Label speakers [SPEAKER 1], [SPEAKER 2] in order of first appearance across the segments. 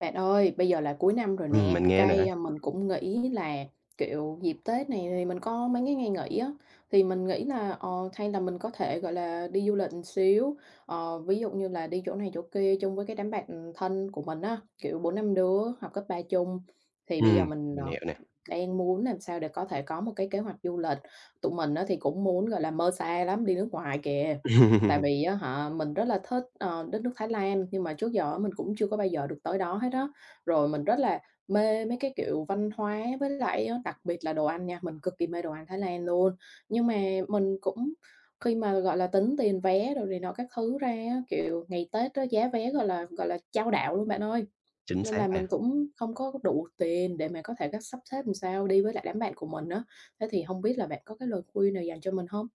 [SPEAKER 1] Bạn ơi, bây giờ là cuối năm rồi nè,
[SPEAKER 2] Mình nghe nè.
[SPEAKER 1] mình cũng nghĩ là, kiểu, dịp Tết này thì mình có mấy cái ngày nghỉ á, thì mình nghĩ là, hay là mình có thể, gọi là, đi du lịch một xíu, ví dụ như là đi chỗ này chỗ kia chung với cái đám bạn thân của mình á, kiểu, 4 5 đứa học cấp 3 chung. Thì bây giờ mình,
[SPEAKER 2] Mình hiểu nè.
[SPEAKER 1] đang muốn làm sao để có thể có một cái kế hoạch du lịch, tụi mình á thì cũng muốn, gọi là, mơ xa lắm, đi nước ngoài kìa. Tại vì á hả, mình rất là thích, đất nước Thái Lan, nhưng mà trước giờ á mình cũng chưa có bao giờ được tới đó hết á. Rồi mình rất là mê mấy cái, kiểu, văn hóa với lại á, đặc biệt là đồ ăn nha, mình cực kỳ mê đồ ăn Thái Lan luôn. Nhưng mà mình cũng khi mà, gọi là, tính tiền vé rồi này nọ các thứ ra á, kiểu, ngày Tết á, giá vé, gọi là, chao đảo luôn bạn ơi.
[SPEAKER 2] Chính
[SPEAKER 1] Nên
[SPEAKER 2] xác
[SPEAKER 1] là
[SPEAKER 2] nè.
[SPEAKER 1] mình cũng không có đủ tiền để mà có thể cách sắp xếp làm sao đi với lại đám bạn của mình á. Thế thì không biết là bạn có cái lời khuyên nào dành cho mình không?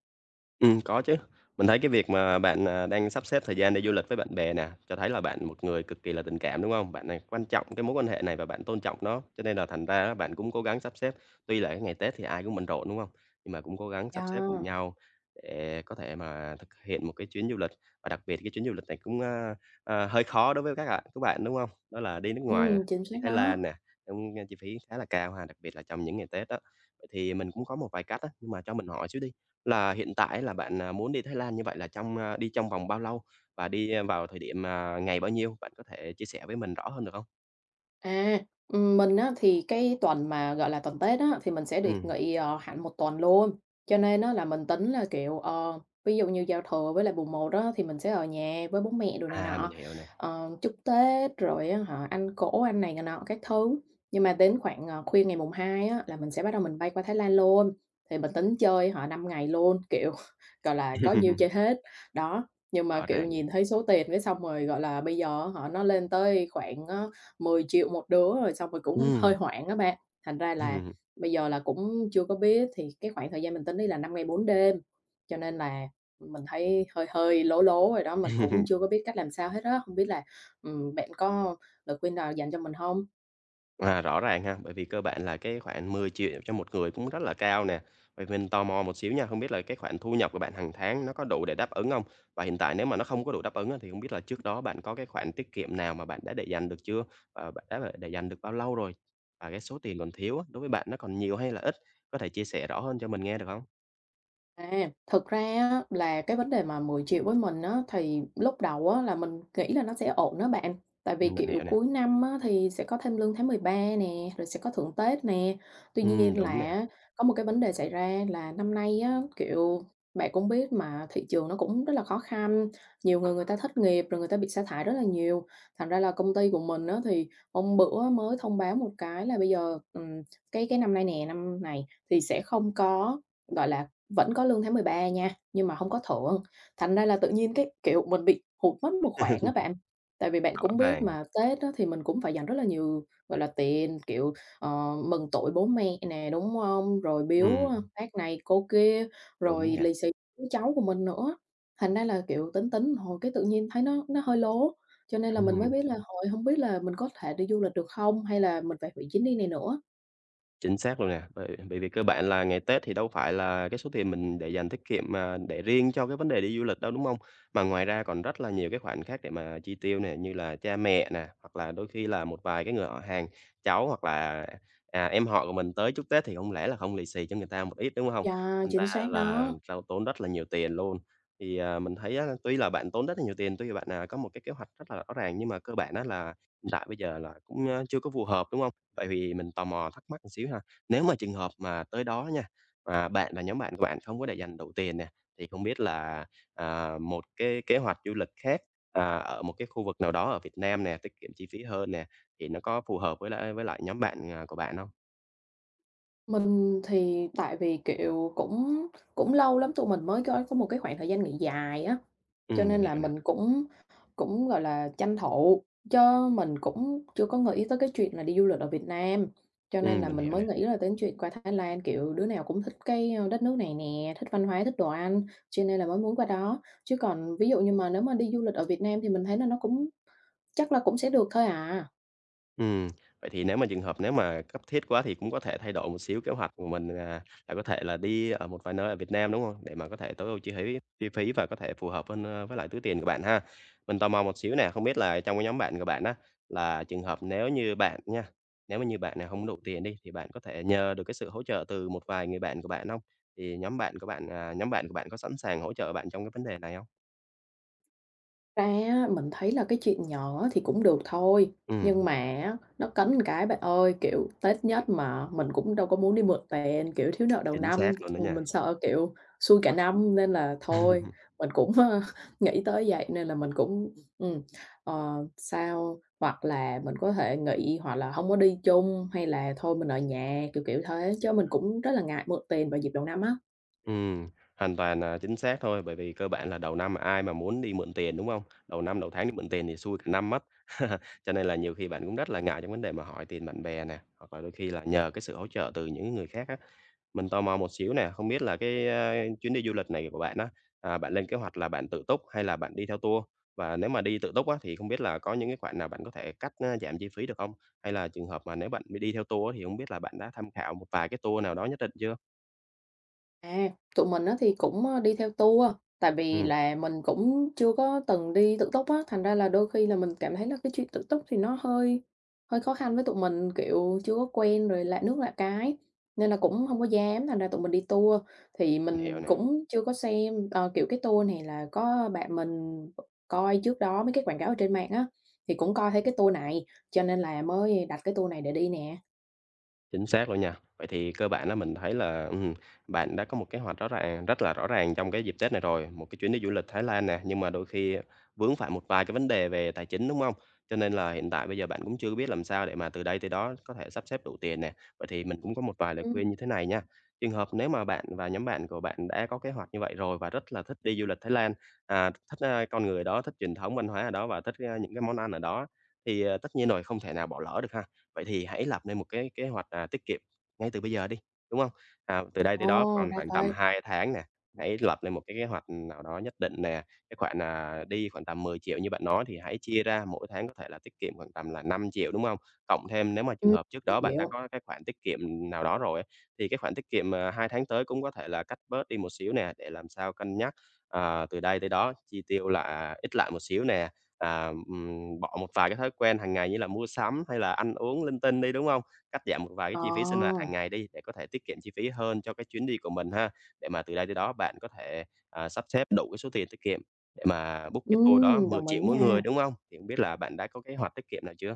[SPEAKER 2] Có chứ. Mình thấy cái việc mà bạn đang sắp xếp thời gian để du lịch với bạn bè nè, cho thấy là bạn một người cực kỳ là tình cảm, đúng không? Bạn này quan trọng cái mối quan hệ này và bạn tôn trọng nó, cho nên là thành ra á bạn cũng cố gắng sắp xếp. Tuy là cái ngày Tết thì ai cũng bận rộn, đúng không? Nhưng mà cũng cố gắng sắp xếp
[SPEAKER 1] Yeah,
[SPEAKER 2] cùng nhau để có thể mà thực hiện một cái chuyến du lịch, và đặc biệt cái chuyến du lịch này cũng, hơi khó đối với các bạn, đúng không? Đó là đi nước ngoài nè,
[SPEAKER 1] chính xác
[SPEAKER 2] đi Thái
[SPEAKER 1] đó.
[SPEAKER 2] Lan nè, cũng, chi phí khá là cao ha, đặc biệt là trong những ngày Tết á. Vậy thì mình cũng có một vài cách á, nhưng mà cho mình hỏi xíu đi. Là hiện tại là bạn muốn đi Thái Lan như vậy là trong, đi trong vòng bao lâu và đi vào thời điểm ngày bao nhiêu? Bạn có thể chia sẻ với mình rõ hơn được không?
[SPEAKER 1] À, mình á thì cái tuần mà, gọi là, tuần Tết á, thì mình sẽ được
[SPEAKER 2] Ừm,
[SPEAKER 1] nghỉ, hẳn 1 tuần luôn. Cho nên á là mình tính là, kiểu, ví dụ như giao thừa với lại mùng một đó thì mình sẽ ở nhà với bố mẹ đồ này
[SPEAKER 2] mình
[SPEAKER 1] nọ,
[SPEAKER 2] hiểu nè,
[SPEAKER 1] chúc Tết rồi á hả, ăn cỗ, ăn này này nọ các thứ. Nhưng mà đến khoảng, khuya ngày mùng 2 á là mình sẽ bắt đầu mình bay qua Thái Lan luôn, thì mình tính chơi họ 5 ngày luôn, kiểu, gọi là, có nhiêu chơi hết. Đó, nhưng mà,
[SPEAKER 2] rõ
[SPEAKER 1] kiểu,
[SPEAKER 2] ràng nè.
[SPEAKER 1] nhìn thấy số tiền cái xong rồi, gọi là, bây giờ họ nó lên tới khoảng 10 triệu một đứa rồi xong rồi cũng
[SPEAKER 2] Ừm.
[SPEAKER 1] hơi hoảng á bạn. Thành ra là bây giờ là cũng chưa có biết, thì cái khoảng thời gian mình tính đi là 5 ngày 4 đêm, cho nên là mình thấy hơi hơi lố lố rồi đó, mình cũng chưa có biết cách làm sao hết á. Không biết là, bạn có lời khuyên nào dành cho mình không?
[SPEAKER 2] À, rõ ràng ha, bởi vì cơ bản là cái khoản 10 triệu cho một người cũng rất là cao nè. Vậy mình tò mò một xíu nha, không biết là cái khoản thu nhập của bạn hàng tháng nó có đủ để đáp ứng không? Và hiện tại nếu mà nó không có đủ đáp ứng á, thì không biết là trước đó bạn có cái khoản tiết kiệm nào mà bạn đã để dành được chưa? Và bạn đã để dành được bao lâu rồi? Và cái số tiền còn thiếu á, đối với bạn nó còn nhiều hay là ít? Có thể chia sẻ rõ hơn cho mình nghe được không?
[SPEAKER 1] À, thực ra á là cái vấn đề mà 10 triệu với mình á, thì lúc đầu á là mình nghĩ là nó sẽ ổn đó bạn. Tại vì,
[SPEAKER 2] Mình
[SPEAKER 1] kiểu,
[SPEAKER 2] hiểu nè.
[SPEAKER 1] cuối năm á thì sẽ có thêm lương tháng 13 nè, rồi sẽ có thưởng Tết nè. Tuy nhiên
[SPEAKER 2] Đúng nè,
[SPEAKER 1] là có một cái vấn đề xảy ra là năm nay á, kiểu, bạn cũng biết mà thị trường nó cũng rất là khó khăn, nhiều người người ta thất nghiệp, rồi người ta bị sa thải rất là nhiều. Thành ra là công ty của mình á thì hôm bữa mới thông báo một cái là bây giờ, cái năm nay nè, năm này thì sẽ không có, gọi là vẫn có lương tháng 13 nha, nhưng mà hông có thưởng, thành ra là tự nhiên cái, kiểu, mình bị hụt mất một khoản á bạn. Tại vì bạn
[SPEAKER 2] rõ
[SPEAKER 1] cũng biết
[SPEAKER 2] ràng.
[SPEAKER 1] mà Tết á thì mình cũng phải dành rất là nhiều, gọi là, tiền, kiểu, mừng tuổi bố mẹ nè, đúng hông? Rồi biếu,
[SPEAKER 2] Ừm,
[SPEAKER 1] bác này cô kia,
[SPEAKER 2] Đúng
[SPEAKER 1] rồi
[SPEAKER 2] nè.
[SPEAKER 1] lì xì với cháu của mình nữa. Thành ra là, kiểu, tính tính một hồi cái tự nhiên thấy nó hơi lố, cho nên là mình mới biết là "Trời, hông biết là mình có thể đi du lịch được không? Hay là mình phải hủy chuyến đi này nữa?"
[SPEAKER 2] Chính xác luôn nè, bởi bởi vì cơ bản là ngày Tết thì đâu phải là cái số tiền mình để dành tiết kiệm mà để riêng cho cái vấn đề đi du lịch đâu, đúng không? Mà ngoài ra còn rất là nhiều cái khoản khác để mà chi tiêu nè, như là cha mẹ nè, hoặc là đôi khi là một vài cái người họ hàng, cháu hoặc là em họ của mình tới chúc Tết thì không lẽ là không lì xì cho người ta một ít, đúng không?
[SPEAKER 1] Yeah,
[SPEAKER 2] Thành ra
[SPEAKER 1] chính xác
[SPEAKER 2] là
[SPEAKER 1] đó.
[SPEAKER 2] tao tốn rất là nhiều tiền luôn. Thì mình thấy á, tuy là bạn tốn rất là nhiều tiền, tuy là bạn có một cái kế hoạch rất là rõ ràng nhưng mà cơ bản á là hiện tại bây giờ là cũng chưa có phù hợp, đúng không? Vậy thì mình tò mò thắc mắc một xíu ha, nếu mà trường hợp mà tới đó nha, mà bạn và nhóm bạn của bạn không có để dành đủ tiền nè, thì không biết là một cái kế hoạch du lịch khác ở một cái khu vực nào đó ở Việt Nam nè, tiết kiệm chi phí hơn nè, thì nó có phù hợp với lại nhóm bạn của bạn không?
[SPEAKER 1] Mình thì tại vì, kiểu, cũng cũng lâu lắm tụi mình mới có một cái khoảng thời gian nghỉ dài á,
[SPEAKER 2] Ừ
[SPEAKER 1] cho
[SPEAKER 2] mình
[SPEAKER 1] nên
[SPEAKER 2] hiểu
[SPEAKER 1] là
[SPEAKER 2] nè,
[SPEAKER 1] mình cũng cũng, gọi là, tranh thủ, chứ mình cũng chưa có nghĩ tới cái chuyện là đi du lịch ở Việt Nam. Cho
[SPEAKER 2] ừ
[SPEAKER 1] nên là
[SPEAKER 2] mình
[SPEAKER 1] mình
[SPEAKER 2] hiểu
[SPEAKER 1] mới
[SPEAKER 2] nè.
[SPEAKER 1] nghĩ là đến chuyện qua Thái Lan, kiểu, đứa nào cũng thích cái, đất nước này nè, thích văn hóa, thích đồ ăn, cho nên là mới muốn qua đó. Chứ còn ví dụ như mà nếu mà đi du lịch ở Việt Nam thì mình thấy là nó cũng chắc là cũng sẽ được thôi à.
[SPEAKER 2] Ừm, Vậy thì nếu mà trường hợp nếu mà cấp thiết quá thì cũng có thể thay đổi một xíu kế hoạch của mình là có thể là đi ở một vài nơi ở Việt Nam, đúng không? Để mà có thể tối ưu chi phí và có thể phù hợp hơn với lại túi tiền của bạn ha. Mình tò mò một xíu nè, không biết là trong cái nhóm bạn của bạn á, là trường hợp nếu như bạn nha, nếu mà như bạn này không đủ tiền đi, thì bạn có thể nhờ được cái sự hỗ trợ từ một vài người bạn của bạn không? Thì nhóm bạn của bạn có sẵn sàng hỗ trợ bạn trong cái vấn đề này không?
[SPEAKER 1] Ra á, mình thấy là cái chuyện nhỏ thì cũng được thôi, nhưng
[SPEAKER 2] Ừm,
[SPEAKER 1] mà á, nó cấn một cái bạn ơi, kiểu, Tết nhất mà mình cũng đâu có muốn đi mượn tiền, kiểu, thiếu nợ đầu
[SPEAKER 2] Chính
[SPEAKER 1] năm,
[SPEAKER 2] xác luôn đó
[SPEAKER 1] ừ,
[SPEAKER 2] nha.
[SPEAKER 1] mình sợ, kiểu, xui cả năm nên là thôi, mình cũng, nghĩ tới vậy nên là mình cũng, ừm, sao hoặc là mình có thể nghỉ hoặc là không có đi chung, hay là thôi mình ở nhà, kiểu, kiểu thế, chứ mình cũng rất là ngại mượn tiền vào dịp đầu năm á.
[SPEAKER 2] Ừm, Hoàn toàn là chính xác thôi, bởi vì cơ bản là đầu năm ai mà muốn đi mượn tiền, đúng không? Đầu năm, đầu tháng đi mượn tiền thì xui cả năm mất. Cho nên là nhiều khi bạn cũng rất là ngại trong vấn đề mà hỏi tiền bạn bè nè, hoặc là đôi khi là nhờ cái sự hỗ trợ từ những người khác á. Mình tò mò một xíu nè, không biết là cái chuyến đi du lịch này của bạn á bạn lên kế hoạch là bạn tự túc hay là bạn đi theo tour? Và nếu mà đi tự túc á, thì không biết là có những cái khoản nào bạn có thể cắt giảm chi phí được không? Hay là trường hợp mà nếu bạn đi theo tour á, thì không biết là bạn đã tham khảo một vài cái tour nào đó nhất định chưa?
[SPEAKER 1] À, tụi mình á thì cũng, đi theo tour, tại vì
[SPEAKER 2] Ừm,
[SPEAKER 1] là mình cũng chưa có từng đi tự túc á, thành ra là đôi khi là mình cảm thấy là cái chuyện tự túc thì nó hơi hơi khó khăn với tụi mình, kiểu, chưa có quen rồi lạ nước lạ cái, nên là cũng không có dám, thành ra tụi mình đi tour. Thì
[SPEAKER 2] mình hiểu
[SPEAKER 1] mình
[SPEAKER 2] nè.
[SPEAKER 1] cũng chưa có xem, kiểu, cái tour này là có bạn mình coi trước đó mấy cái quảng cáo ở trên mạng á, thì cũng coi thấy cái tour này, cho nên là mới đặt cái tour này để đi nè.
[SPEAKER 2] Chính xác luôn nha. Vậy thì cơ bản á mình thấy là bạn đã có một kế hoạch rõ ràng rất là rõ ràng trong cái dịp Tết này rồi, một cái chuyến đi du lịch Thái Lan nè, nhưng mà đôi khi vướng phải một vài cái vấn đề về tài chính, đúng không? Cho nên là hiện tại bây giờ bạn cũng chưa biết làm sao để mà từ đây tới đó có thể sắp xếp đủ tiền nè. Vậy thì mình cũng có một vài lời
[SPEAKER 1] Ừm.
[SPEAKER 2] khuyên như thế này nha. Trường hợp nếu mà bạn và nhóm bạn của bạn đã có kế hoạch như vậy rồi và rất là thích đi du lịch Thái Lan thích con người đó, thích truyền thống văn hóa ở đó và thích những cái món ăn ở đó thì tất nhiên rồi không thể nào bỏ lỡ được ha. Vậy thì hãy lập nên một cái kế hoạch tiết kiệm ngay từ bây giờ đi, đúng không? À, từ đây tới đó
[SPEAKER 1] Ồ,
[SPEAKER 2] còn
[SPEAKER 1] ra
[SPEAKER 2] khoảng tầm
[SPEAKER 1] vậy.
[SPEAKER 2] 2 tháng nè, hãy lập lên một cái kế hoạch nào đó nhất định nè, cái khoản, là đi khoảng tầm 10 triệu như bạn nói thì hãy chia ra mỗi tháng có thể là tiết kiệm khoảng tầm là 5 triệu, đúng không? Cộng thêm nếu mà trường
[SPEAKER 1] Ừm,
[SPEAKER 2] hợp trước đó bạn đã
[SPEAKER 1] hiểu.
[SPEAKER 2] có cái khoản tiết kiệm nào đó rồi á, thì cái khoản tiết kiệm 2 tháng tới cũng có thể là cắt bớt đi một xíu nè, để làm sao cân nhắc từ đây tới đó chi tiêu là ít lại một xíu nè, bỏ một vài cái thói quen hàng ngày như là mua sắm hay là ăn uống linh tinh đi, đúng không? Cắt giảm một vài cái chi phí sinh hoạt
[SPEAKER 1] Ờ.
[SPEAKER 2] hàng ngày đi để có thể tiết kiệm chi phí hơn cho cái chuyến đi của mình ha, để mà từ đây tới đó bạn có thể sắp xếp đủ cái số tiền tiết kiệm để mà book
[SPEAKER 1] Ừ,
[SPEAKER 2] cái tour đó mười
[SPEAKER 1] đồng ý
[SPEAKER 2] triệu mỗi người,
[SPEAKER 1] nha.
[SPEAKER 2] đúng không? Thì hông biết là bạn đã có kế hoạch tiết kiệm nào chưa?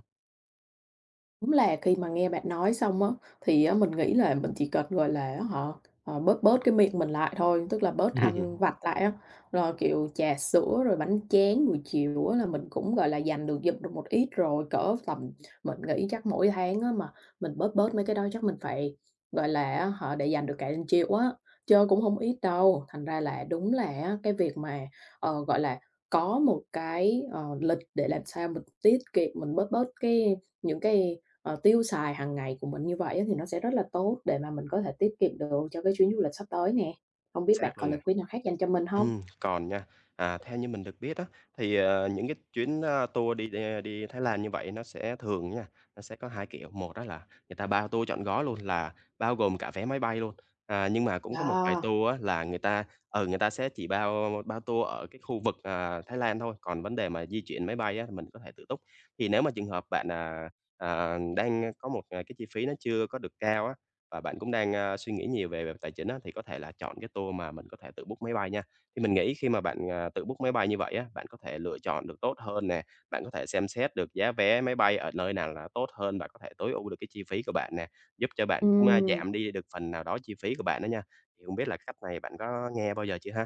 [SPEAKER 1] Đúng là khi mà nghe bạn nói xong á, thì á mình nghĩ là mình chỉ cần, gọi là, họ bớt bớt cái miệng mình lại thôi, tức là bớt ăn vặt lại á. Rồi, kiểu, trà sữa rồi bánh chén buổi chiều á là mình cũng, gọi là, dành được dụm được một ít rồi, cỡ tầm mình nghĩ chắc mỗi tháng á mà mình bớt bớt mấy cái đó chắc mình phải, gọi là, á hả, để dành được cả triệu á, chớ cũng không ít đâu. Thành ra là đúng là á cái việc mà, gọi là, có một cái, lịch để làm sao mình tiết kiệm, mình bớt bớt cái những cái tiêu xài hàng ngày của mình như vậy á thì nó sẽ rất là tốt để mà mình có thể tiết kiệm được cho cái chuyến du lịch sắp tới nè. Không
[SPEAKER 2] Chính
[SPEAKER 1] biết bạn
[SPEAKER 2] xác
[SPEAKER 1] có
[SPEAKER 2] luôn.
[SPEAKER 1] lời khuyên nào khác dành cho mình không?
[SPEAKER 2] Còn nha. À, theo như mình được biết á, thì những cái chuyến tour đi Thái Lan như vậy nó sẽ thường nha, nó sẽ có 2 kiểu. Một đó là người ta bao tour trọn gói luôn, là bao gồm cả vé máy bay luôn. À, nhưng mà cũng có một vài
[SPEAKER 1] Ờ.
[SPEAKER 2] tour á là người ta sẽ chỉ bao bao tour ở cái khu vực Thái Lan thôi, còn vấn đề mà di chuyển máy bay á thì mình có thể tự túc. Thì nếu mà trường hợp bạn đang có một cái chi phí nó chưa có được cao á, và bạn cũng đang suy nghĩ nhiều về về tài chính á, thì có thể là chọn cái tour mà mình có thể tự book máy bay nha. Thì mình nghĩ khi mà bạn tự book máy bay như vậy á, bạn có thể lựa chọn được tốt hơn nè, bạn có thể xem xét được giá vé máy bay ở nơi nào là tốt hơn và có thể tối ưu được cái chi phí của bạn nè, giúp cho bạn cũng
[SPEAKER 1] Ừm.
[SPEAKER 2] giảm đi được phần nào đó chi phí của bạn đó nha. Thì hông biết là cách này bạn có nghe bao giờ chưa ha?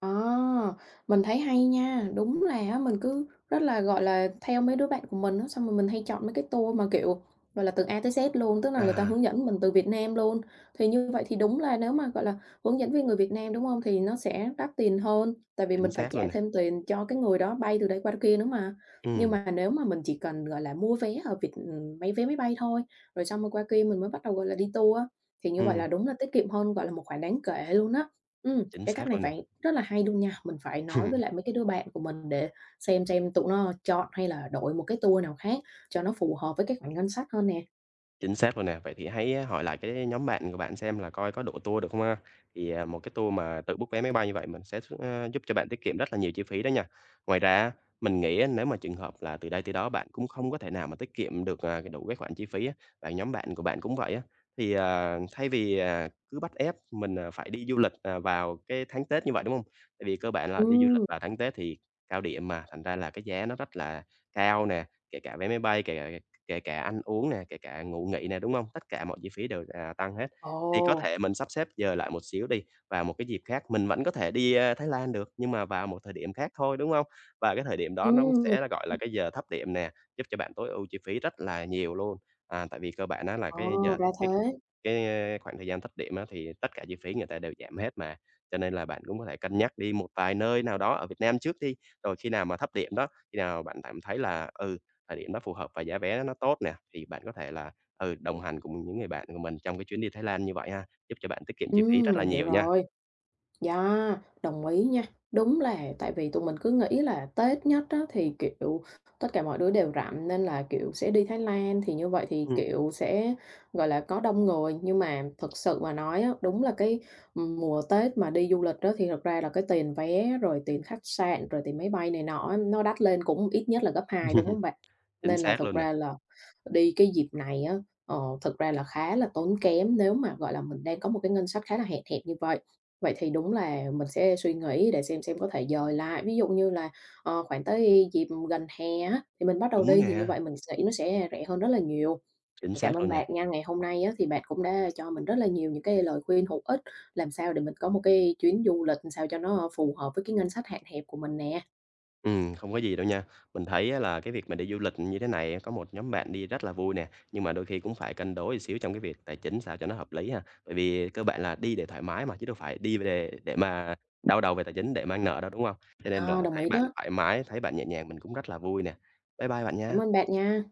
[SPEAKER 1] À, mình thấy hay nha. Đúng là á mình cứ rất là, gọi là, theo mấy đứa bạn của mình á, xong rồi mình hay chọn mấy cái tour mà, kiểu, gọi là, từ A tới Z luôn, tức là người ta
[SPEAKER 2] À,
[SPEAKER 1] hướng dẫn mình từ Việt Nam luôn. Thì như vậy thì đúng là nếu mà, gọi là, hướng dẫn viên người Việt Nam, đúng không? Thì nó sẽ đắt tiền hơn, tại vì
[SPEAKER 2] chính
[SPEAKER 1] mình phải
[SPEAKER 2] xác
[SPEAKER 1] trả
[SPEAKER 2] luôn nè.
[SPEAKER 1] thêm tiền cho cái người đó bay từ đây qua kia nữa mà. Nhưng
[SPEAKER 2] Ừ,
[SPEAKER 1] mà nếu mà mình chỉ cần, gọi là, mua vé ở Việt mấy vé máy bay thôi, rồi xong rồi qua kia mình mới bắt đầu, gọi là, đi tour á, thì như vậy
[SPEAKER 2] ừ.
[SPEAKER 1] là đúng là tiết kiệm hơn, gọi là, một khoản đáng kể luôn á. Ừ,
[SPEAKER 2] Chính
[SPEAKER 1] cái cách
[SPEAKER 2] xác
[SPEAKER 1] này
[SPEAKER 2] luôn nè.
[SPEAKER 1] phải rất là hay luôn nha, mình phải nói với lại mấy cái đứa bạn của mình để xem tụi nó chọn hay là đổi một cái tour nào khác cho nó phù hợp với cái khoản ngân sách hơn nè.
[SPEAKER 2] Chính xác luôn nè. Vậy thì hãy á, hỏi lại cái nhóm bạn của bạn xem là coi có đổi tour được không ha? Thì một cái tour mà tự book vé máy bay như vậy mình sẽ giúp cho bạn tiết kiệm rất là nhiều chi phí đó nha. Ngoài ra á, mình nghĩ á, nếu mà trường hợp là từ đây tới đó bạn cũng không có thể nào mà tiết kiệm được cái đủ cái khoản chi phí á, và nhóm bạn của bạn cũng vậy á, thì thay vì cứ bắt ép mình phải đi du lịch vào cái tháng Tết như vậy, đúng không? Tại vì cơ bản là đi du lịch
[SPEAKER 1] Ừm,
[SPEAKER 2] vào tháng Tết thì cao điểm mà, thành ra là cái giá nó rất là cao nè, kể cả vé máy bay, kể cả ăn uống nè, kể cả ngủ nghỉ nè, đúng không? Tất cả mọi chi phí đều tăng hết.
[SPEAKER 1] ồ,
[SPEAKER 2] Thì có thể mình sắp xếp giờ lại một xíu đi, và một cái dịp khác mình vẫn có thể đi Thái Lan được, nhưng mà vào một thời điểm khác thôi, đúng không? Và cái thời điểm đó nó
[SPEAKER 1] ừm,
[SPEAKER 2] cũng
[SPEAKER 1] mình
[SPEAKER 2] sẽ là, gọi là,
[SPEAKER 1] ừm,
[SPEAKER 2] cái giờ thấp điểm nè, giúp cho bạn tối ưu chi phí rất là nhiều luôn. À, tại vì cơ bản á là
[SPEAKER 1] ờ,
[SPEAKER 2] cái giờ
[SPEAKER 1] ra thế.
[SPEAKER 2] cái, a, khoảng thời gian thấp điểm á thì tất cả chi phí người ta đều giảm hết mà, cho nên là bạn cũng có thể cân nhắc đi một vài nơi nào đó ở Việt Nam trước đi, rồi khi nào mà thấp điểm đó, khi nào bạn cảm thấy là thời điểm nó phù hợp và giá vé nó tốt nè, thì bạn có thể là đồng hành cùng những người bạn của mình trong cái chuyến đi Thái Lan như vậy ha, giúp cho bạn tiết kiệm chi phí rất là
[SPEAKER 1] Mình hiểu
[SPEAKER 2] nhiều nha.
[SPEAKER 1] rồi. Dạ, đồng ý nha. Đúng là tại vì tụi mình cứ nghĩ là Tết nhất á, thì, kiểu, tất cả mọi đứa đều rảnh nên là, kiểu, sẽ đi Thái Lan thì như vậy thì,
[SPEAKER 2] Ừm.
[SPEAKER 1] kiểu, sẽ, gọi là, có đông người. Nhưng mà thật sự mà nói á, đúng là cái, mùa Tết mà đi du lịch đó thì thật ra là cái tiền vé, rồi tiền khách sạn, rồi tiền máy bay này nọ á, nó đắt lên cũng ít nhất là gấp 2 đúng không bạn?
[SPEAKER 2] Chính
[SPEAKER 1] Nên là
[SPEAKER 2] xác
[SPEAKER 1] thực
[SPEAKER 2] luôn nè.
[SPEAKER 1] ra là đi cái dịp này á, thực ra là khá là tốn kém nếu mà, gọi là, mình đang có một cái ngân sách khá là hẹp hẹp như vậy. Vậy thì đúng là mình sẽ suy nghĩ để xem có thể dời lại. Ví dụ như là, khoảng tới dịp gần hè á, thì mình bắt đầu
[SPEAKER 2] Đúng
[SPEAKER 1] đi thì như
[SPEAKER 2] nè,
[SPEAKER 1] vậy mình nghĩ nó sẽ rẻ hơn rất là nhiều.
[SPEAKER 2] chính xác
[SPEAKER 1] Cảm ơn
[SPEAKER 2] luôn nha.
[SPEAKER 1] bạn nha, ngày hôm nay á, thì bạn cũng đã cho mình rất là nhiều những cái lời khuyên hữu ích, làm sao để mình có một cái chuyến du lịch làm sao cho nó phù hợp với cái ngân sách hạn hẹp của mình nè.
[SPEAKER 2] Không có gì đâu nha. Mình thấy á là cái việc mà đi du lịch như thế này có một nhóm bạn đi rất là vui nè, nhưng mà đôi khi cũng phải cân đối xíu trong cái việc tài chính sao cho nó hợp lý ha. Bởi vì cơ bản là đi để thoải mái mà, chứ đâu phải đi để mà đau đầu về tài chính để mang nợ đâu, đúng không? Cho nên
[SPEAKER 1] Ờ,
[SPEAKER 2] là
[SPEAKER 1] đồng
[SPEAKER 2] thấy
[SPEAKER 1] ý
[SPEAKER 2] bạn
[SPEAKER 1] đó.
[SPEAKER 2] thoải mái, thấy bạn nhẹ nhàng mình cũng rất là vui nè. Bye bye bạn
[SPEAKER 1] Cảm
[SPEAKER 2] nha.
[SPEAKER 1] ơn bạn nha.